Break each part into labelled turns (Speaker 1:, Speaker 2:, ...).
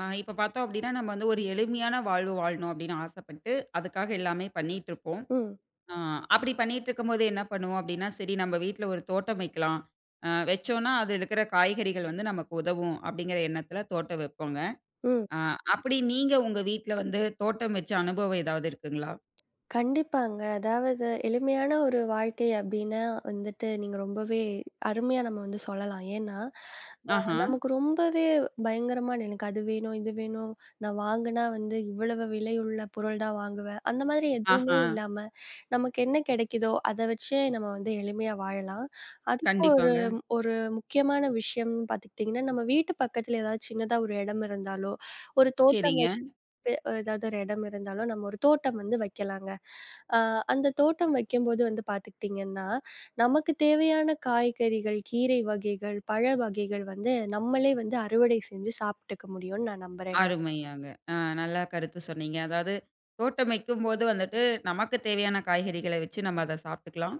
Speaker 1: இப்ப பார்த்தோம் அப்டின்னா, நம்ம வந்து ஒரு எளிமையான வாழ்வு வாழணும் அப்டின்னு ஆசைப்பட்டு, அதுக்காக எல்லாமே பண்ணிட்டுருப்போம்.
Speaker 2: ம்,
Speaker 1: ஆ அப்டி பண்ணிட்டுருக்கும்போது என்ன பண்ணுவோம் அப்டின்னா, சரி நம்ம வீட்ல ஒரு தோட்டம் வைக்கலாம். வச்சோம்னா, அது இருக்கிற காய்கறிகள் வந்து நமக்கு உதவும் அப்டிங்கிற எண்ணத்துல தோட்டம் வைப்போங்க.
Speaker 2: ம்.
Speaker 1: ஆ அப்டி நீங்க உங்க வீட்ல வந்து தோட்டம் வச்ச அனுபவம் ஏதாவது இருக்குங்களா?
Speaker 2: கண்டிப்பாங்க. அதாவது எளிமையான ஒரு வாழ்க்கை அப்டின்னா வந்துட்டு நீங்க ரொம்பவே அருமையா நம்ம வந்து சொல்லலாம். ஏன்னா, அ
Speaker 1: ஆஹா,
Speaker 2: நமக்கு ரொம்பவே பயங்கரமான எனக்கு அது வேணும், இது வேணும், நான் வாங்குனா வந்து இவ்வளவு விலையுள்ள பொருள் தான் வாங்குவேன். அந்த மாதிரி எதுவுமே
Speaker 1: ஆஹா.
Speaker 2: இல்லாம, நமக்கு என்ன கிடைக்குதோ அத வச்சே நம்ம வந்து எளிமையா வாழலாம். அதுக்கு ஒரு
Speaker 1: கண்டிப்பாங்க.
Speaker 2: ஒரு முக்கியமான விஷயம்னு பார்த்துக்கிட்டிங்கன்னா, நம்ம வீட்டு பக்கத்துல ஏதாவது சின்னதா ஒரு இடம் இருந்தாலோ, ஒரு தோட்டம்
Speaker 1: சரிங்க.
Speaker 2: பெ ஏதாவது ஒரு இடம் இருந்தாலும் நம்ம ஒரு தோட்டம் வந்து வைக்கலாங்க. அ அந்த தோட்டம் வைக்கும்போது வந்து பார்த்துக்கிட்டிங்கன்னா, நமக்கு தேவையான காய்கறிகள், கீரை வகைகள், பழ வகைகள் வந்து நம்மளே வந்து அறுவடை செஞ்சு சாப்பிட்டுக்க முடியும்னு நான் நம்புறேங்க.
Speaker 1: அருமையாங்க. ஆ நல்லா கருத்து சொன்னீங்க. அதாவது தோட்டம் வைக்கும்போது வந்துட்டு, நமக்கு தேவையான காய்கறிகள வச்சு நம்ம அத சாப்பிட்டுக்கலாம்.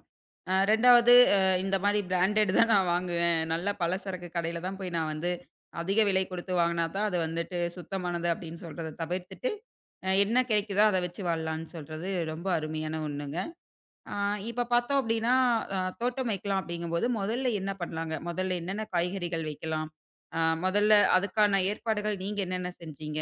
Speaker 1: 2ஆவது இந்த மாரி பிராண்டட் தான் நான் வாங்குவேன். நல்ல பலசரக்கு கடையில தான் போய் நான் வந்து அதிக விலை கொடுத்து வாங்குனா தான் அது வந்துட்டு சுத்தமானது அப்படின்னு சொல்றத தவிர்த்துட்டு, என்ன கிடைக்குதோ அத வச்சு வாழலாம்ன்னு சொல்றது ரொம்ப அருமையான ஒண்ணுங்க. ஆ இப்ப பார்த்தோம் அப்படின்னா, தோட்டம் வைக்கலாம் அப்படிங்கும்போது முதல்ல என்ன பண்ணலாங்க? முதல்ல என்னென்ன காய்கறிகள் வைக்கலாம்? அ முதல்ல அதுக்கான ஏற்பாடுகள் நீங்க என்னென்ன செஞ்சீங்க?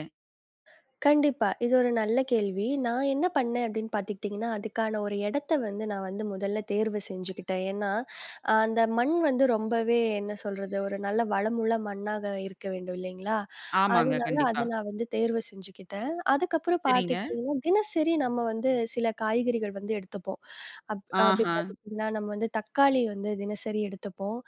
Speaker 2: கண்டிப்பா. இது ஒரு நல்ல கேள்வி. நான் என்ன பண்ணேன் அப்படின்னு பார்த்துக்கிட்டிங்கன்னா, அதுக்கான ஒரு இடத்த வந்து நான் வந்து முதல்ல தேர்வு செஞ்சுக்கிட்டேன். ஏன்னா, அந்த மண் வந்து ரொம்பவே என்ன சொல்றது, ஒரு நல்ல வளமுள்ள மண்ணாக இருக்க வேண்டும் இல்லைங்களா?
Speaker 1: ஆமாங்க.
Speaker 2: அதனால
Speaker 1: கண்டிப்பா.
Speaker 2: அத நான் வந்து தேர்வு செஞ்சுக்கிட்டேன். அதுக்கப்புறம்
Speaker 1: சரிங்க.
Speaker 2: பார்த்துக்கிட்டிங்கன்னா, தினசரி நம்ம வந்து சில காய்கறிகள் வந்து எடுத்துப்போம். அப் அப்படி
Speaker 1: ஆஹா.
Speaker 2: பார்த்துக்கிட்டிங்கன்னா, நம்ம வந்து தக்காளி வந்து தினசரி எடுத்துப்போம்.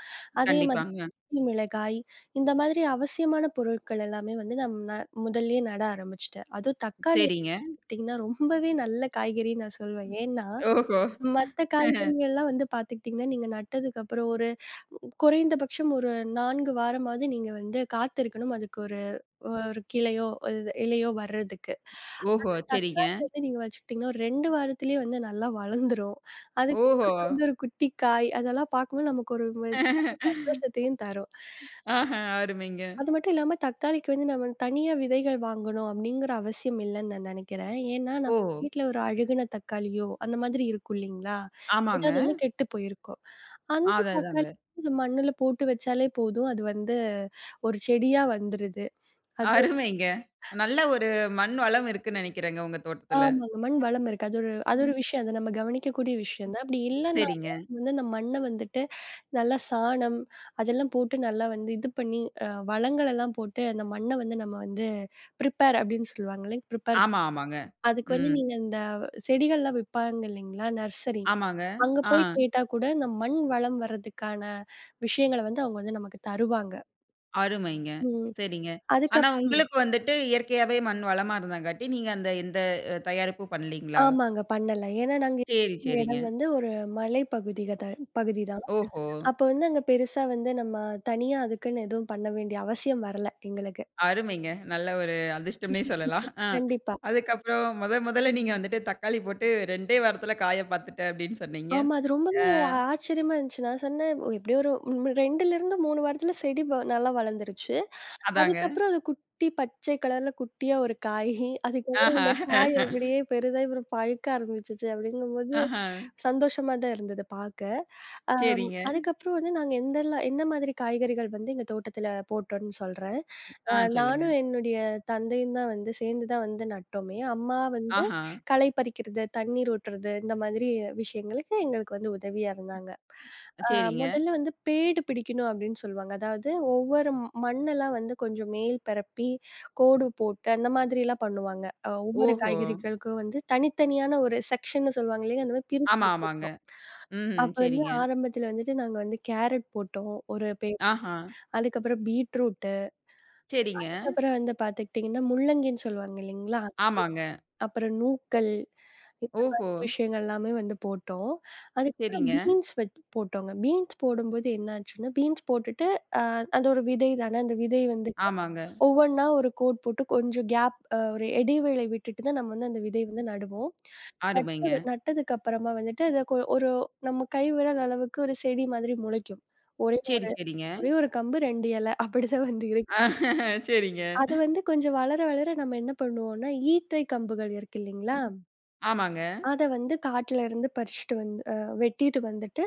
Speaker 2: அதே மாதிரி
Speaker 1: கண்டிப்பாங்க.
Speaker 2: மிளகாய், இந்த மாதிரி அவசியமான பொருட்கள் எல்லாமே வந்து முதல்லயே நட ஆரம்பிச்சுட்டேன். அதுவும் தக்காளி
Speaker 1: சரிங்க.
Speaker 2: எடுத்துக்கிட்டீங்கன்னா, ரொம்பவே நல்ல காய்கறின்னு நான் சொல்வேன். ஏன்னா,
Speaker 1: ஓஹோ!
Speaker 2: மத்த காய்கறிகள்லாம் வந்து பார்த்துக்கிட்டீங்கன்னா, நீங்க நட்டதுக்கப்புறம் ஒரு குறைந்தபட்சம் ஒரு 4 வாரமாவது நீங்க வந்து காத்திருக்கணும். அதுக்கு ஒரு ஒரு கிளையோ, இது இலையோ வர்றதுக்கு.
Speaker 1: ஓஹோ! சரிங்க.
Speaker 2: தக்காளி வந்து நீங்க வச்சுக்கிட்டீங்கன்னா, ஒரு 2 வாரத்திலேயே வந்து நல்லா வளர்ந்துரும். அதுக்கப்புறம்
Speaker 1: ஓஹோ!
Speaker 2: வந்து ஒரு குட்டி காய் அதெல்லாம் பார்க்கும்போது நமக்கு ஒரு சந்தோஷத்தையும் தரும்.
Speaker 1: ஆஹா. அருமைங்க.
Speaker 2: அது மட்டும் இல்லாம தக்காளிக்கு வந்து நம்ம தனியா விதைகள் வாங்கணும் அப்படிங்கிற அவசியம் இல்லன்னு நான் நினைக்கிறேன். ஏன்னா
Speaker 1: ஓ!
Speaker 2: நம்ம வீட்ல ஒரு அழுகுன தக்காளியோ, அந்த மாதிரி இருக்கும் இல்லைங்களா?
Speaker 1: ஆமாங்க.
Speaker 2: ஏதாவது ஒண்ணு கெட்டு போயிருக்கும். அந்த
Speaker 1: அதான் அதாங்க.
Speaker 2: தக்காளி இந்த மண்ணுல போட்டு வச்சாலே போதும். அது வந்து ஒரு செடியா வந்துருது. அது
Speaker 1: அருமைங்க. நல்ல ஒரு மண் வளம் இருக்குன்னு நெனைக்கிறேங்க உங்க தோட்டத்துல.
Speaker 2: ஆமாங்க. மண் வளம் இருக்கு. அது ஒரு அது ஒரு
Speaker 1: ம்.
Speaker 2: விஷயம். அத நம்ம கவனிக்கக்கூடிய விஷயம் தான். அப்படி இல்லன்னாலும்
Speaker 1: சரிங்க.
Speaker 2: வந்து அந்த மண்ண வந்துட்டு நல்லா சாணம் அதெல்லாம் போட்டு நல்லா வந்து இது பண்ணி வளங்களெல்லாம் போட்டு அந்த மண்ண வந்து நம்ம வந்து ப்ரிப்பேர் அப்படின்னு சொல்லுவாங்க இல்லைங்க? ப்ரிப்பேர்
Speaker 1: ஆமா, ஆமாங்க.
Speaker 2: அதுக்கு வந்து
Speaker 1: ம்.
Speaker 2: நீங்க இந்த செடிகள்லாம் விப்பாங்க இல்லைங்களா? நர்சரி.
Speaker 1: ஆமாங்க.
Speaker 2: அங்க
Speaker 1: ஆ.
Speaker 2: போய் கேட்டா கூட இந்த மண் வளம் வர்றதுக்கான விஷயங்கள வந்து அவங்க வந்து நமக்கு தருவாங்க.
Speaker 1: அருமைங்க.
Speaker 2: ம்.
Speaker 1: சரிங்க. ஆனா
Speaker 2: அதுக்கப் ம்.
Speaker 1: உங்களுக்கு வந்துட்டு இயற்கையாவே மண் வளமா இருந்தங்காட்டி, நீங்க அந்த எந்த தயாரிப்பும் பண்ணலீங்களா?
Speaker 2: ஆமாங்க பண்ணல. ஏன்னா நாங்க
Speaker 1: சரி,
Speaker 2: இருக்கிற
Speaker 1: சரிங்க.
Speaker 2: இடம் வந்து ஒரு மலைப்பகுதிக த பகுதி தான்.
Speaker 1: ஓஹோ!
Speaker 2: அப்ப வந்து அங்க பெருசா வந்து நம்ம தனியா அதுக்குன்னு எதுவும் பண்ண வேண்டிய அவசியம் வரல எங்களுக்கு.
Speaker 1: அருமைங்க. நல்ல ஒரு அதிர்ஷ்டம்னே சொல்லலாம். ஆ.
Speaker 2: கண்டிப்பா.
Speaker 1: அதுக்கப்புறம் முதல்ல நீங்க வந்துட்டு தக்காளி போட்டு 2டே வாரத்துல காய பார்த்துட்டேன் அப்டின்னு சொன்னீங்க.
Speaker 2: ஆமா. அது
Speaker 1: அ
Speaker 2: ரொம்பவே ஆச்சரியமா இருந்துச்சு. நான் சொன்னேன், "ஓ, எப்படியோ ஒரு 2லிருந்து 3 வாரத்துல செடி நல்லா வளர்ந்துருச்சு."
Speaker 1: அதாங்க.
Speaker 2: அதுக்கப்புறம் அது குட்டி பச்சை கலர்ல குட்டியா ஒரு காயி. அதுக்கப்புறம்
Speaker 1: ஆஹா.
Speaker 2: அந்த காய் அப்படியே பெரிதாயி அப்புறம் பழுக்க ஆரம்பிச்சுச்சு அப்படிங்கும்போது,
Speaker 1: ஆஹா.
Speaker 2: சந்தோஷமா தான் இருந்தது பாக்க.
Speaker 1: சரிங்க.
Speaker 2: அதுக்கப்புறம் வந்து நாங்க எந்தெல்லாம் என்ன மாதிரி காய்கறிகள் வந்து எங்க தோட்டத்துல போட்டோம்ன்னு சொல்றேன்.
Speaker 1: சொல்லுங்க.
Speaker 2: நானும் என்னுடைய தந்தையும் தான் வந்து சேர்ந்து தான் வந்து நட்டோமே. அம்மா வந்து
Speaker 1: ஆஹா.
Speaker 2: களை பறிக்கிறது, தண்ணீர் ஊட்டுறது இந்த மாதிரி விஷயங்களுக்கு எங்களுக்கு வந்து உதவியா இருந்தாங்க.
Speaker 1: சரிங்க.
Speaker 2: முதல்ல வந்து பேடு பிடிக்கணும் அப்படின்னு சொல்லுவாங்க. அதாவது ஒவ்வொரு மண்ணெல்லாம் வந்து கொஞ்சம் மேல் பரப்பி, கோடு போட்டு அந்த மாதிரிலாம் பண்ணுவாங்க. ஒவ்வொரு
Speaker 1: ஓஹோ!
Speaker 2: காய்கறிகளுக்கும் வந்து தனித்தனியான ஒரு செக்ஷன்னு சொல்லுவாங்க இல்லையா? அந்த மாதிரி பிரிச்சு
Speaker 1: ஆமா, ஆமாங்க.
Speaker 2: வச்சிருப்போம்.
Speaker 1: ம்.
Speaker 2: அப்ப வந்து
Speaker 1: சரிங்க.
Speaker 2: ஆரம்பத்துல வந்துட்டு நாங்க வந்து கேரட் போட்டோம். ஒரு
Speaker 1: ஆஹா.
Speaker 2: அதுக்கப்புறம் பீட்ரூட்டு,
Speaker 1: சரிங்க.
Speaker 2: அதுக்கப்புறம் வந்து பார்த்துக்கிட்டிங்கன்னா முள்ளங்கின்னு சொல்லுவாங்க இல்லைங்களா?
Speaker 1: ஆமாங்க.
Speaker 2: அப்புறம் நூக்கல் இந்த மாதிரி
Speaker 1: ஓஹோ!
Speaker 2: விஷயங்கள் எல்லாமே வந்து போட்டோம். அதுக்கப்புறம்
Speaker 1: சரிங்க.
Speaker 2: பீன்ஸ் போட்டோங்க. பீன்ஸ் போடும்போது என்ன ஆச்சுன்னா, பீன்ஸ் போட்டுட்டு அ அது ஒரு விதை தானே, அந்த விதை வந்துட்டு
Speaker 1: ஆமாங்க.
Speaker 2: ஒவ்வொன்னா ஒரு கோட் போட்டு கொஞ்சம் கேப் அ ஒரு இடைவேளை விட்டுட்டு தான் நம்ம வந்து அந்த விதை வந்து நடுவோம்.
Speaker 1: அருமைங்க.
Speaker 2: நட்டதுக்கு அப்புறமா வந்துட்டு அது ஒரு நம்ம கை விரல் அளவுக்கு ஒரு செடி மாதிரி முளைக்கும். ஒரே
Speaker 1: சரி,
Speaker 2: ஒரு
Speaker 1: சரிங்க.
Speaker 2: ஒரே ஒரு கம்பு 2 இலை அப்படிதான் வந்து இருக்கு.
Speaker 1: சரிங்க.
Speaker 2: அது வந்து கொஞ்சம் வளர, வளர நம்ம என்ன பண்ணுவோம்னா, ஈத்தை கம்புகள் இருக்கு இல்லீங்களா?
Speaker 1: ஆமாங்க.
Speaker 2: அத வந்து காட்டுல இருந்து பறிச்சுட்டு வந்து வெட்டிட்டு வந்துட்டு,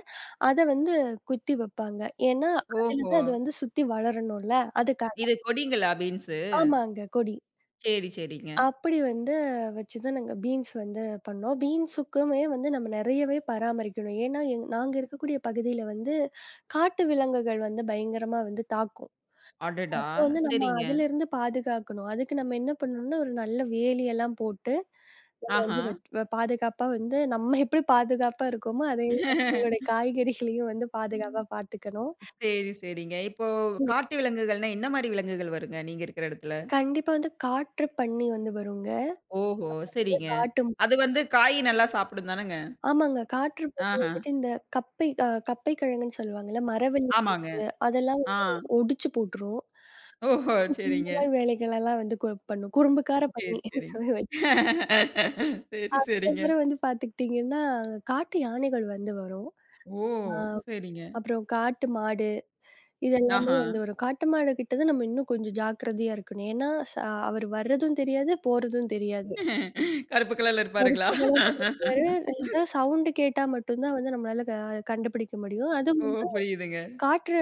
Speaker 2: அத வந்து குத்தி வைப்பாங்க. ஏன்னா, அதுல
Speaker 1: ஓஹோ!
Speaker 2: தான் அது வந்து சுத்தி வளரணும்ல. அதுக்காக
Speaker 1: இது கொடிங்களா பீன்ஸு?
Speaker 2: ஆமாங்க கொடி.
Speaker 1: சரி, சரிங்க.
Speaker 2: அப்படி வந்து வச்சு தான் நாங்க பீன்ஸ் வந்து பண்ணோம். பீன்ஸுக்குமே வந்து நம்ம நெறையவே பராமரிக்கணும். ஏன்னா, நாங்க இருக்கக்கூடிய பகுதியில வந்து காட்டு விலங்குகள் வந்து பயங்கரமா வந்து தாக்கும்.
Speaker 1: அடடா!
Speaker 2: அப்போ வந்து நம்ம
Speaker 1: சரிங்க.
Speaker 2: அதிலிருந்து பாதுகாக்கணும். அதுக்கு நம்ம என்ன பண்ணணும்னா, ஒரு நல்ல வேலியெல்லாம் போட்டு
Speaker 1: ஆஹா.
Speaker 2: வந்து வெட் வ பாதுகாப்பா வந்து நம்ம எப்படி பாதுகாப்பா இருக்கோமோ, அதே மாதிரி நம்மளுடைய காய்கறிகளையும் வந்து பாதுகாப்பா பார்த்துக்கணும்.
Speaker 1: சரி, சரிங்க. இப்போ காட்டு விலங்குகள்னா என்ன மாரி விலங்குகள் வருங்க நீங்க இருக்கிற இடத்துல?
Speaker 2: கண்டிப்பா வந்து காற்று பன்னி வந்து வருங்க.
Speaker 1: ஓஹோ!
Speaker 2: அப்புறம் வந்து
Speaker 1: சரிங்க. அது வந்து காய் நல்லா சாப்பிடும் தானங்க?
Speaker 2: ஆமாங்க. காற்று பன்னி
Speaker 1: ஆஹா.
Speaker 2: வந்துட்டு இந்த கப்பைக்கிழங்குன்னு சொல்லுவாங்கல்ல, மரவள்ளி
Speaker 1: ஆமாங்க.
Speaker 2: கிழங்கு அதெல்லாம்
Speaker 1: ஆ.
Speaker 2: வந்து ஒடிச்சு போட்டுரும்.
Speaker 1: ஓஹோ!
Speaker 2: இந்த
Speaker 1: சரிங்க.
Speaker 2: மாதிரி வேலைகளெல்லாம் வந்து பண்ணும். குறும்புக்கார
Speaker 1: சரி,
Speaker 2: பன்னி.
Speaker 1: சரிங்க.
Speaker 2: அப்புறம்
Speaker 1: சரி, சரிங்க.
Speaker 2: வந்து பார்த்துக்கிட்டீங்கன்னா, காட்டு யானைகள் வந்து வரும்.
Speaker 1: ஓ!
Speaker 2: அ
Speaker 1: சரிங்க.
Speaker 2: அப்புறம் காட்டு மாடு. இது எல்லாமே
Speaker 1: ஆஹா.
Speaker 2: வந்து ஒரு காட்டு மாடு கிட்ட தான் நம்ம இன்னும் கொஞ்சம் ஜாக்கிரதையா இருக்கணும். ஏன்னா, அவர் வர்றதும் தெரியாது, போறதும் தெரியாது.
Speaker 1: கருப்பு கலர்ல இருப்பாருங்களா?
Speaker 2: கருப்பு கலர்ல இருப்பாரு. ஏதா சவுண்ட் கேட்டா மட்டும் தான் வந்து நம்மளால கண்டுபிடிக்க முடியும். அதுவும்
Speaker 1: ஓ!
Speaker 2: வந்து
Speaker 1: புரியுதுங்க.
Speaker 2: காட்டு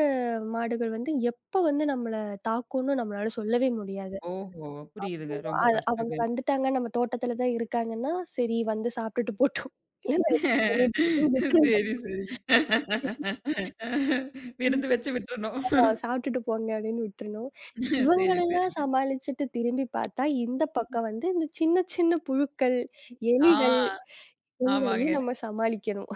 Speaker 2: மாடுகள் வந்து எப்ப வந்து நம்மள தாக்கும்னு நம்மளால சொல்லவே முடியாது.
Speaker 1: ஓஹோ! புரியுதுங்க. ரொம்ப
Speaker 2: அ அவங்க
Speaker 1: கஷ்டங்க.
Speaker 2: வந்துட்டாங்க, நம்ம தோட்டத்துல தான் இருக்காங்கன்னா, சரி வந்து சாப்பிட்டுட்டு போட்டும். இல்லன்னா ஏதாவது பண்ணிட்டு போட்டும்னு விட்டுறணும்.
Speaker 1: சரி, சரிங்க. விருந்து வச்சு விட்டுறணும்.
Speaker 2: சாப்பிட்டுட்டு போங்க அப்படின்னு விட்டுறணும்.
Speaker 1: சரி,
Speaker 2: இவங்களெல்லாம்
Speaker 1: சரிங்க.
Speaker 2: சமாளிச்சுட்டு திரும்பி பார்த்தா, இந்த பக்கம் வந்து இந்த சின்ன சின்ன புழுக்கள், எலிகள்
Speaker 1: ஆ,
Speaker 2: இதுங்களையும்
Speaker 1: ஆமாங்க.
Speaker 2: நம்ம சமாளிக்கணும்.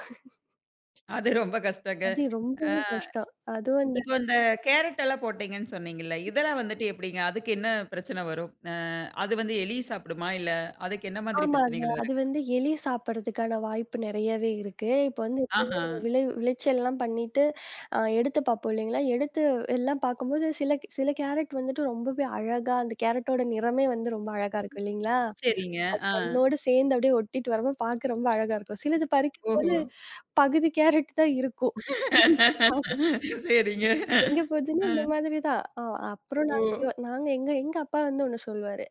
Speaker 1: அது ரொம்ப கஷ்டங்க.
Speaker 2: அது
Speaker 1: அ
Speaker 2: ரொம்பவும் கஷ்டம். அதுவும் அந்த
Speaker 1: இப்போ இந்த கேரட் எல்லாம் போட்டீங்கன்னு சொன்னீங்கல்ல, இதெல்லாம் வந்துட்டு எப்படிங்க? அதுக்கு என்ன பிரச்சனை வரும்? அது வந்து எலி சாப்பிடுமா? இல்ல அதுக்கு என்ன மாதிரி
Speaker 2: ஆமாங்க.
Speaker 1: பிரச்சனைகள்
Speaker 2: அது
Speaker 1: வருங்க?
Speaker 2: வந்து எலி சாப்பிடுறதுக்கான வாய்ப்பு நெறையவே இருக்கு. இப்ப வந்து எப்பயுமே
Speaker 1: ஆஹா.
Speaker 2: நம்ம விளைச்சல்லாம் பண்ணிட்டு, எடுத்து பார்ப்போம் இல்லைங்களா? எடுத்து எல்லாம் பார்க்கும்போது சில சில கேரட் வந்துட்டு ரொம்பவே அழகா அந்த கேரட்டோட நிறமே வந்து ரொம்ப அழகா இருக்கும் இல்லைங்களா?
Speaker 1: சரிங்க. ஆ.
Speaker 2: உன்னோட சேர்ந்து அப்படியே ஒட்டிட்டு வரப்போ பார்க்க ரொம்ப அழகா இருக்கும். சிலது
Speaker 1: ஓஹோ!
Speaker 2: பறிக்கும்போது பகுதி கேரட் தான் இருக்கும். அது
Speaker 1: சரிங்க.
Speaker 2: எங்க போச்சுன்னா
Speaker 1: அ.
Speaker 2: இந்த மாதிரி தான். அப்புறம்
Speaker 1: ஓ!
Speaker 2: நாங்க எங்க எங்க அப்பா வந்து ஒண்ணு சொல்லுவாரு.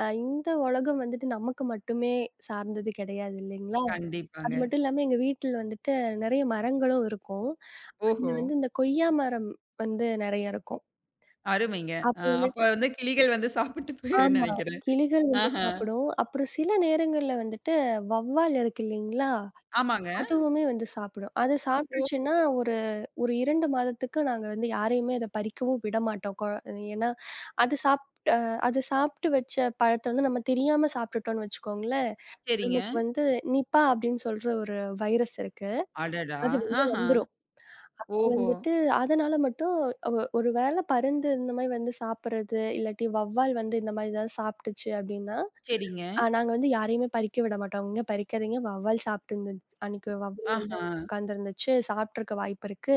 Speaker 2: இந்த உலகம் வந்துட்டு நமக்கு மட்டுமே சார்ந்தது கிடையாது இல்லைங்களா?
Speaker 1: கண்டிப்பாங்க.
Speaker 2: அது மட்டும் இல்லாம எங்க வீட்ல வந்துட்டு நெறைய மரங்களும் இருக்கும். அதுல
Speaker 1: ஓஹோ!
Speaker 2: வந்து இந்த கொய்யா மரம் வந்து நெறைய இருக்கும்.
Speaker 1: அருமைங்க.
Speaker 2: அப்போ
Speaker 1: அப்ப
Speaker 2: வந்துட்டு
Speaker 1: வந்து கிளிகள் வந்து சாப்பிட்டு போயிருன்னு
Speaker 2: ஆமா.
Speaker 1: நெனைக்கிறேன்.
Speaker 2: கிளிகள் வந்து
Speaker 1: ஆஹா.
Speaker 2: சாப்பிடும். அப்புறம் சில நேரங்கள்ல வந்துட்டு வௌவால் இருக்கு இல்லைங்களா?
Speaker 1: ஆமாங்க.
Speaker 2: அதுவுமே வந்து சாப்பிடும். அது
Speaker 1: ஓ!
Speaker 2: சாப்பிட்டுருச்சுன்னா, ஒரு ஒரு 2 மாதத்துக்கு நாங்க வந்து யாரையுமே அத பறிக்கவும் விட மாட்டோம். ஏன்னா, அது சாப் அ அது சாப்பிட்டு வச்ச பழத்த வந்து நம்ம தெரியாம சாப்பிட்டுட்டோம்னு வச்சுக்கோங்களேன்,
Speaker 1: சரிங்க.
Speaker 2: நமக்கு வந்து நிப்பா அப்படின்னு சொல்ற ஒரு வைரஸ் இருக்கு.
Speaker 1: அடடா!
Speaker 2: அது வந்து
Speaker 1: ஆஹா.
Speaker 2: வந்துரும்.
Speaker 1: ஓஹோ!
Speaker 2: வந்துட்டு அதனால மட்டும் ஒ ஒரு வேள பருந்து இந்த மாரி வந்து சாப்பிடுறது, இல்லாட்டி வௌவால் வந்து இந்த மாரி ஏதாவது சாப்பிட்டுச்சு அப்படின்னா,
Speaker 1: சரிங்க.
Speaker 2: நாங்க வந்து யாரையுமே பறிக்க விட மாட்டோம். "இங்க பறிக்காதீங்க வௌவால் சாப்பிட்டு இருந்தது. அன்னைக்கு வௌவால் வந்து
Speaker 1: ஆஹா!
Speaker 2: உட்கார்ந்துருந்துச்சு. சாப்பிட்டுருக்க வாய்ப்பு இருக்கு.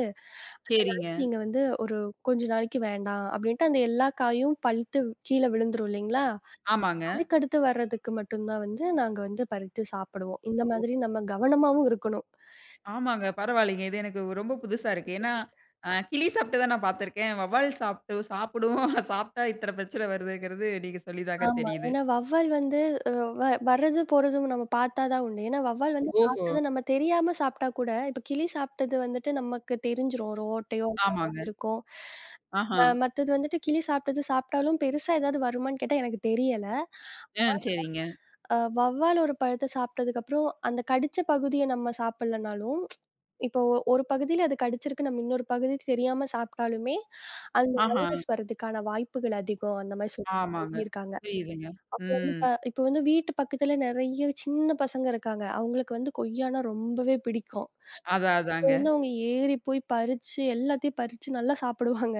Speaker 1: சரிங்க.
Speaker 2: நீங்க வந்து ஒரு கொஞ்ச நாளைக்கு வேண்டாம்." அப்படின்ட்டு அந்த எல்லா காயும் பழுத்து கீழ விழுந்துரும் இல்லைங்களா?
Speaker 1: ஆமாங்க.
Speaker 2: அதுக்கடுத்து வர்றதுக்கு மட்டும் தான் வந்து நாங்க வந்து பறித்து சாப்பிடுவோம். இந்த
Speaker 1: ஓ!
Speaker 2: மாதிரி நம்ம கவனமாவும் இருக்கணும்.
Speaker 1: ஆமாங்க. பரவாயில்லைங்க. இது எனக்கு ரொம்ப புதுசா இருக்கு. ஏன்னா, கிளி சாப்பிட்டு தான் நான் பார்த்துருக்கேன். வவ்வால் சாப்பிட்டு சாப்பிடும். சாப்பிட்டா இத்தன பிரச்சனை வருதுங்கிறது நீங்க சொல்லி தாங்க
Speaker 2: ஆமா.
Speaker 1: தெரியுது.
Speaker 2: ஏன்னா வௌவால் வந்து அ வ வர்றது போறதும் நம்ம பார்த்தா தான் உண்டு. ஏன்னா வௌவால் வந்து
Speaker 1: ஓஹோ!
Speaker 2: சாப்பிட்டத நம்ம தெரியாம சாப்பிட்டா கூட, இப்ப கிளி சாப்பிட்டது வந்துட்டு நமக்கு தெரிஞ்சிரும். ஒரு ஓட்டையோ, அப்ப ஏதாவது
Speaker 1: ஆமாங்க.
Speaker 2: இருக்கும்.
Speaker 1: ஆஹா.
Speaker 2: மத்தது வந்துட்டு கிளி சாப்பிட்டது சாப்பிட்டாலும் பெருசா ஏதாவது வருமான்னு கேட்டா எனக்கு தெரியல.
Speaker 1: ம். சரிங்க.
Speaker 2: வௌவால் ஒரு பழத்த சாப்பிட்டதுக்கப்புறம், அந்த கடிச்ச பகுதிய நம்ம சாப்பிடலனாலும், இப்போ ஒரு பகுதியில அது கடிச்சிருக்கு, நம்ம இன்னொரு பகுதி தெரியாம சாப்பிட்டாலுமே, அந்த
Speaker 1: ஆஹா.
Speaker 2: வைரஸ் வர்றதுக்கான வாய்ப்புகள் அதிகம். அந்த மாரி
Speaker 1: ஆமாங்க.
Speaker 2: சொல்லியிருக்காங்க.
Speaker 1: புரியுதுங்க.
Speaker 2: வந்து
Speaker 1: ம்.
Speaker 2: இப்ப இப்ப வந்து வீட்டு பக்கத்துல நெறைய சின்ன பசங்க இருக்காங்க. அவங்களுக்கு வந்து கொய்யானா ரொம்பவே பிடிக்கும்.
Speaker 1: அதான்
Speaker 2: இப்போ
Speaker 1: அதாங்க.
Speaker 2: வந்து அவங்க ஏறி போய் பறிச்சு, எல்லாத்தையும் பறிச்சு நல்லா சாப்பிடுவாங்க.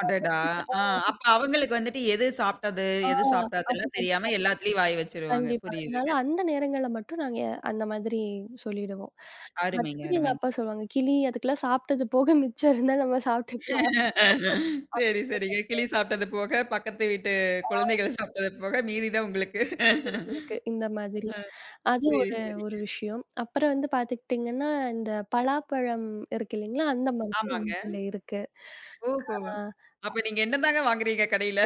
Speaker 1: அடடா! ஆ அப்ப அவங்களுக்கு வந்துட்டு எது சாப்பிட்டது,
Speaker 2: ஆ.
Speaker 1: எது
Speaker 2: அது
Speaker 1: சாப்பிடாதுலாம் தெரியாம எல்லாத்துலயும் வாய் வச்சுருவாங்க.
Speaker 2: கண்டிப்பா. அதனால
Speaker 1: புரியுதுங்க.
Speaker 2: அந்த நேரங்கள்ல மட்டும் நாங்க அந்த மாதிரி சொல்லிடுவோம்.
Speaker 1: அருமைங்க,
Speaker 2: மத்தபடி எங்க
Speaker 1: அருமைங்க.
Speaker 2: அப்பா சொல்லுவாங்க, கிளி அதுக்கெல்லாம் சாப்பிட்டது போக மிச்சம் இருந்தா நம்ம சாப்பிட்டுக்கலாம்
Speaker 1: சரி, சரிங்க. கிளி சாப்பிட்டது போக, பக்கத்து வீட்டு குழந்தைகள் சாப்பிட்டது போக மீதி தான் உங்களுக்கு.
Speaker 2: அவங்களுக்கு இந்த மாதிரி. அது
Speaker 1: சரி,
Speaker 2: ஒரு ஒரு
Speaker 1: சரிங்க.
Speaker 2: விஷயம். அப்புறம் வந்து பார்த்துக்கிட்டிங்கன்னா, இந்த பலாப்பழம் இருக்கு இல்லைங்களா? அந்த மாதிரி எங்க
Speaker 1: ஆமாங்க.
Speaker 2: வீட்ல இருக்கு.
Speaker 1: ஓஹோ!
Speaker 2: ஆ
Speaker 1: அப்ப நீங்க என்னதாங்க வாங்குறீங்க கடையில?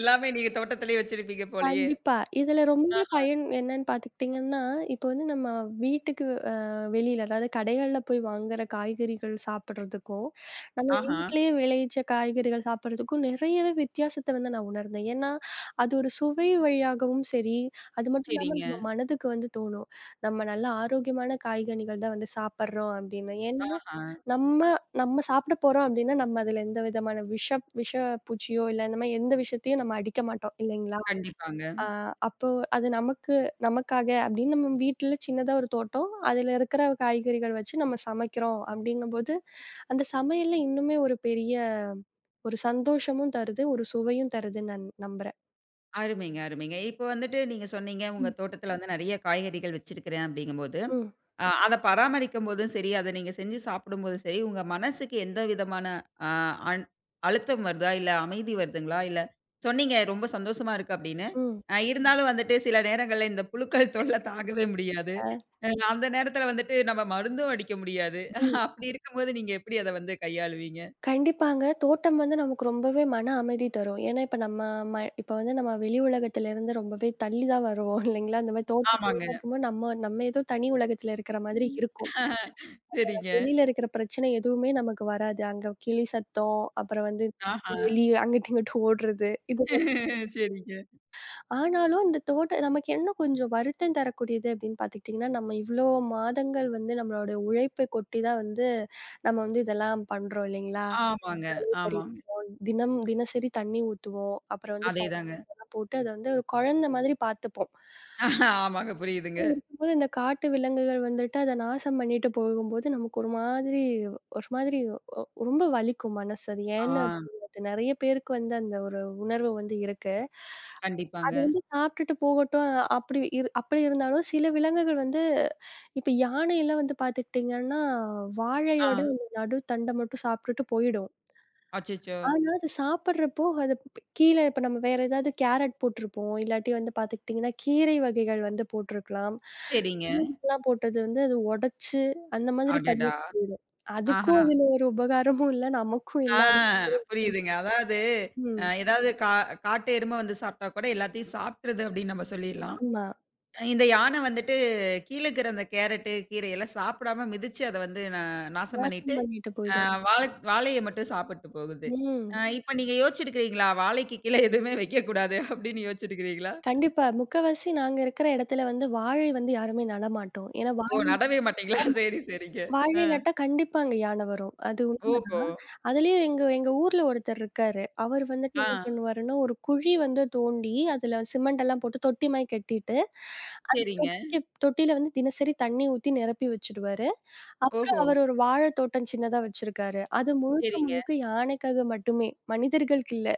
Speaker 1: எல்லாமே நீங்க தோட்டத்திலேயே வச்சிருப்பீங்க போலயே!
Speaker 2: கண்டிப்பா. இதுல ரொம்பவே பயன் என்னன்னு பார்த்துக்கிட்டீங்கன்னா, இப்போ வந்து நம்ம வீட்டுக்கு வெளியில அதாவது கடைகள்ல போய் வாங்குற காய்கறிகள் சாப்பிடுறதுக்கும், நம்ம
Speaker 1: ஆஹா.
Speaker 2: வீட்டிலேயே விளைவிச்ச காய்கறிகள் சாப்பிடுறதுக்கும் நிறையவே வித்தியாசத்த வந்து நான் உணர்ந்தேன். ஏன்னா, அது ஒரு சுவை வழியாகவும் சரி, அது மட்டும் இல்லாம
Speaker 1: சரிங்க.
Speaker 2: நம்ம மனதுக்கு வந்து தோணும். நம்ம நல்ல ஆரோக்கியமான காய்கனிகள் தான் வந்து சாப்பிடுறோம் அப்படின்னு. ஏன்னா,
Speaker 1: ஆஹா.
Speaker 2: நம்ம நம்ம சாப்பிட போறோம் அப்படின்னா, நம்ம அதுல எந்த விதமான விஷ விஷ பூச்சியோ, இல்ல இந்த மாரி எந்த விஷத்தையும் நம்ம அடிக்க மாட்டோம் இல்லைங்களா?
Speaker 1: கண்டிப்பாங்க.
Speaker 2: ஆ அப்போ அது நமக்கு நமக்காக அப்படின்னு நம்ம வீட்ல சின்னதா ஒரு தோட்டம். அதுல இருக்கிற காய்கறிகள் வச்சு நம்ம சமைக்கிறோம் அப்படிங்கும்போது, அந்த சமையல்ல இன்னுமே ஒரு பெரிய ஒரு சந்தோஷமும் தருது, ஒரு சுவையும் தருதுன்னு நான் நம்புறேன்.
Speaker 1: அருமைங்க, அருமைங்க. இப்போ வந்துட்டு நீங்க சொன்னீங்க, உங்க
Speaker 2: ம்.
Speaker 1: தோட்டத்தில வந்து நெறைய காய்கறிகள் வச்சிருக்கிறேன் அப்படிங்கும்போது
Speaker 2: ம்,
Speaker 1: அத பராமரிக்கும்போதும் சரி, அத நீங்க செஞ்சு சாப்பிடும்போதும் சரி, உங்க மனசுக்கு எந்த விதமான அ அன் அழுத்தம் வருதா? இல்ல அமைதி வருதுங்களா? இல்ல சொன்னீங்க ரொம்ப சந்தோஷமா இருக்கு அப்படின்னு.
Speaker 2: ம்.
Speaker 1: இருந்தாலும் வந்துட்டு சில நேரங்கள்ல இந்த புழுக்கள் தொல்லை தாங்கவே முடியாது.
Speaker 2: அ,
Speaker 1: அந்த நேரத்துல வந்துட்டு நம்ம மருந்தும் அடிக்க முடியாது.
Speaker 2: ம்.
Speaker 1: அப்படி இருக்கும்போது நீங்க எப்படி அத வந்து கையாளுவீங்க?
Speaker 2: கண்டிப்பாங்க. தோட்டம் வந்து நமக்கு ரொம்பவே மன அமைதி தரும். ஏன்னா இப்ப நம்ம இப்ப வந்து நம்ம வெளி உலகத்துல இருந்து ரொம்பவே தள்ளி தான் வருவோம் இல்லைங்களா? அந்த மாரி தோட்டத்துல
Speaker 1: ஆமாங்க.
Speaker 2: இருக்கும்போது நம்ம நம்ம ஏதோ தனி உலகத்துல இருக்கிற மாதிரி இருக்கும்.
Speaker 1: சரிங்க.
Speaker 2: வெளியில இருக்கிற பிரச்சனை எதுவுமே நமக்கு வராது. அங்க கிளி சத்தம், அப்புறம் வந்து
Speaker 1: ஆஹா.
Speaker 2: எலி அங்கிட்டு இங்கிட்டு ஓடுறது. இது
Speaker 1: சரிங்க.
Speaker 2: ஆனாலும் இந்த தோட்ட நமக்கு என்ன கொஞ்சம் வருத்தம் தரக்கூடியது அப்படின்னு பார்த்துக்கிட்டிங்கன்னா, நம்ம இவ்வளோ மாதங்கள் வந்து நம்மளோட உழைப்பை கொட்டி தான் வந்து நம்ம வந்து இதெல்லாம் பண்றோம் இல்லைங்களா?
Speaker 1: ஆமாங்க,
Speaker 2: களை
Speaker 1: ஆமாங்க.
Speaker 2: பறிப்போம், தினம் தினசரி தண்ணி ஊத்துவோம். அப்புறம் வந்து
Speaker 1: அதேதாங்க.
Speaker 2: சாப்பாடுலாம் போட்டு அத வந்து ஒரு குழந்தை மாதிரி பார்த்துப்போம்.
Speaker 1: ஆமாங்க புரியுதுங்க.
Speaker 2: அப்படி இருக்கும்போது இந்த காட்டு விலங்குகள் வந்துட்டு அத நாசம் பண்ணிட்டு போகும்போது நமக்கு ஒரு மாதிரி ரொம்ப வலிக்கும் மனசு. அது
Speaker 1: ஆ.
Speaker 2: ஏன்னு புரியாது. நெறைய பேருக்கு வந்து அந்த ஒரு உணர்வு வந்து இருக்கு.
Speaker 1: கண்டிப்பாங்க.
Speaker 2: அது வந்து சாப்பிட்டுட்டு போகட்டும் அப்படி இருந்தாலும் சில விலங்குகள் வந்து இப்ப யானையெல்லாம் வந்து பார்த்துக்கிட்டீங்கன்னா,
Speaker 1: ஆ.
Speaker 2: வாழையோட இந்த நடு தண்ட மட்டும் சாப்பிட்டுட்டு போயிடும்.
Speaker 1: அச்சச்சோ!
Speaker 2: ஆனா அது சாப்பிடுறப்போ அது கீழ இப்ப நம்ம வேற ஏதாவது கேரட் போட்டிருப்போம். இல்லாட்டி வந்து பார்த்துக்கிட்டீங்கன்னா, கீரை வகைகள் வந்து போட்டிருக்கலாம்.
Speaker 1: சரிங்க.
Speaker 2: பூண்டெல்லாம் போட்டது வந்து அது உடைச்சு அந்த மாதிரி பண்ணி
Speaker 1: அடடா!
Speaker 2: அதுக்கும்
Speaker 1: ஆஹா.
Speaker 2: அதுல ஒரு உபகாரமும் இல்ல, நமக்கும்
Speaker 1: ஆ
Speaker 2: இல்ல.
Speaker 1: புரியுதுங்க. அதாவது அ
Speaker 2: ம்.
Speaker 1: ஏதாவது கா காட்டு எரும வந்து சாப்பிட்டா கூட எல்லாத்தையும் சாப்பிட்டுருது அப்படின்னு நம்ம சொல்லிடலாம்.
Speaker 2: ஆமா.
Speaker 1: இந்த யானை வந்துட்டு கீழ இருக்கிற அந்த கேரட்டு, கீரையெல்லாம் சாப்பிடாம மிதிச்சு அத வந்து நாசம்
Speaker 2: நாசம்
Speaker 1: பண்ணிட்டு,
Speaker 2: பண்ணிட்டு
Speaker 1: அ
Speaker 2: போயிடும்.
Speaker 1: வாழ வாழைய மட்டும் சாப்பிட்டு போகுது.
Speaker 2: ம்.
Speaker 1: இப்ப நீங்க யோசிச்சிருக்கிறீங்களா? வாழைக்கு கீழ எதுவுமே வைக்கக்கூடாது அப்படின்னு யோசிச்சிருக்கிறீங்களா?
Speaker 2: கண்டிப்பா. முக்காவாசி நாங்க இருக்கிற இடத்துல வந்து வாழை வந்து யாருமே நடமாட்டோம். ஏன்னா
Speaker 1: ஓ!
Speaker 2: வாழை
Speaker 1: நடவே மாட்டீங்களா?
Speaker 2: ஆமா.
Speaker 1: சரி, சரிங்க.
Speaker 2: வாழை
Speaker 1: அ.
Speaker 2: நட்டா கண்டிப்பா அங்க யான வரும். அது உண்ம.
Speaker 1: ஓஹோ!
Speaker 2: அதுலயும் எங்க எங்க ஊர்ல ஒருத்தர் இருக்காரு. அவர் வந்துட்டு
Speaker 1: ஆ.
Speaker 2: என்ன பண்ணுவாருன்னா, ஒரு குழி வந்து தோண்டி, அதுல சிமெண்ட் எல்லாம் போட்டு தொட்டி மாரி கட்டிட்டு, அந்த
Speaker 1: சரிங்க.
Speaker 2: தொட்டியில வந்து தினசரி தண்ணி ஊத்தி நிரப்பி வச்சுடுவாரு. அப்புறம்
Speaker 1: ஓஹோ!
Speaker 2: அவர் ஒரு வாழை தோட்டம் சின்னதா வச்சிருக்காரு. அது முழுக்க
Speaker 1: சரிங்க.
Speaker 2: முழுக்க யானைக்காக மட்டுமே, மனிதர்களுக்கு இல்ல.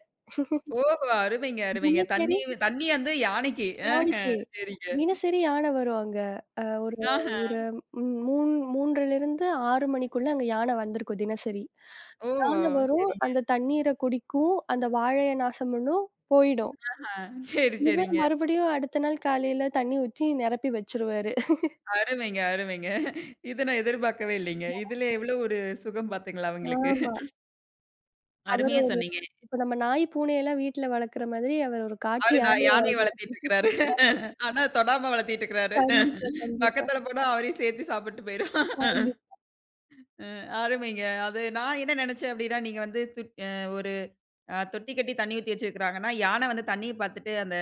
Speaker 1: ஓஹோ! அருமைங்க, அருமைங்க. தண்ணி
Speaker 2: தினசரி
Speaker 1: தண்ணி வந்து யானைக்கு. ஆஹ,
Speaker 2: நாளைக்கு.
Speaker 1: சரிங்க.
Speaker 2: தினசரி யான வரும் அங்க. ஒரு
Speaker 1: ஆஹ.
Speaker 2: ஒரு ம் 3 3:00லிருந்து 6 மணிக்குள்ள அங்க யான வந்திருக்கும் தினசரி.
Speaker 1: ஓஹோ!
Speaker 2: யான வரும்,
Speaker 1: சரிங்க.
Speaker 2: அந்த தண்ணீர குடிக்கும், அந்த வாழைய நாசம் பண்ணும், போயிடும்.
Speaker 1: ஆ. சரி,
Speaker 2: இவர்
Speaker 1: சரிங்க.
Speaker 2: மறுபடியும் அடுத்த நாள் காலையில தண்ணி ஊத்தி நிரப்பி வச்சுருவாரு.
Speaker 1: அருமைங்க, அருமைங்க. இத நான் எதிர்பார்க்கவே இல்லைங்க. இதுல எவ்வளோ ஒரு சுகம் பாத்தீங்களா அவங்களுக்கு.
Speaker 2: ஆமா. அவரு
Speaker 1: அருமையா
Speaker 2: ஒரு
Speaker 1: சொன்னீங்க.
Speaker 2: இப்ப நம்ம நாய், பூனையெல்லாம் வீட்ல வளர்க்குற மாதிரி, அவர் ஒரு காட்டு
Speaker 1: அவரு
Speaker 2: யானைய
Speaker 1: யானைய வளர்த்திட்டு இருக்கிறாரு. ஆனா தொடாம வளர்த்திட்டு இருக்கிறாரு.
Speaker 2: கண்டிப்பா, கண்டிப்பா,
Speaker 1: பக்கத்துல போனா அவரையும் சேர்த்து சாப்பிட்டு போயிரும். அருமைங்க. அது நான் என்ன நெனச்சேன் அப்டின்னா, நீங்க வந்து துட் அ ஒரு தொட்டி கட்டி தண்ணி ஊத்தி வச்சிருக்கிறாங்கன்னா, யானை வந்து தண்ணிய பார்த்துட்டு அந்த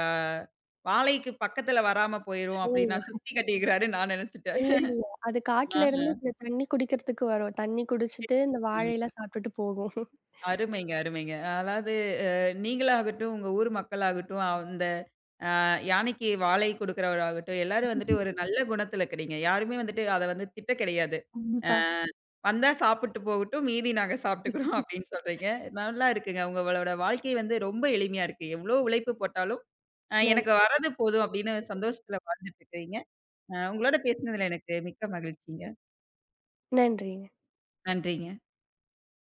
Speaker 1: அ வாழைக்கு பக்கத்துல வராம போயிரும் அப்படின்னு நான்
Speaker 2: கண்டிப்பா.
Speaker 1: சுத்தி கட்டியிருக்கிறாரு நான் நினைச்சுட்டேன்.
Speaker 2: இல்ல, இல்ல. அது காட்டுல இருந்து
Speaker 1: ஆஹ.
Speaker 2: இந்த தண்ணி குடிக்கிறதுக்கு வரும். தண்ணி குடிச்சிட்டு இந்த
Speaker 1: ம்.
Speaker 2: வாழைலாம் சாப்பிட்டுட்டு போகும்.
Speaker 1: அருமைங்க, அருமைங்க. அதாவது அ நீங்களாகட்டும், உங்க ஊர் மக்களாகட்டும், அந்த யானைக்கு வாழை குடுக்கிறவராகட்டும், எல்லாரும் வந்துட்டு ஒரு நல்ல குணத்துல இருக்கிறீங்க. யாருமே வந்துட்டு அத வந்து திட்ட கிடையாது. அ
Speaker 2: கண்டிப்பா.
Speaker 1: வந்தா சாப்பிட்டு போகட்டும், மீதி நாங்க சாப்பிட்டுக்கிறோம் அப்படின்னு சொல்றீங்க. நல்லா இருக்குங்க. உங்களோட வாழ்க்கை வந்து ரொம்ப எளிமையா இருக்கு. எவ்வளோ உழைப்பு போட்டாலும்
Speaker 2: நன்றி.
Speaker 1: எனக்கு வரது போதும் அப்படின்னு சந்தோஷத்துல வாழ்ந்துட்டு இருக்கிறீங்க. உங்களோட பேசினதுல எனக்கு மிக்க மகிழ்ச்சிங்க.
Speaker 2: நன்றிங்க.
Speaker 1: நன்றிங்க.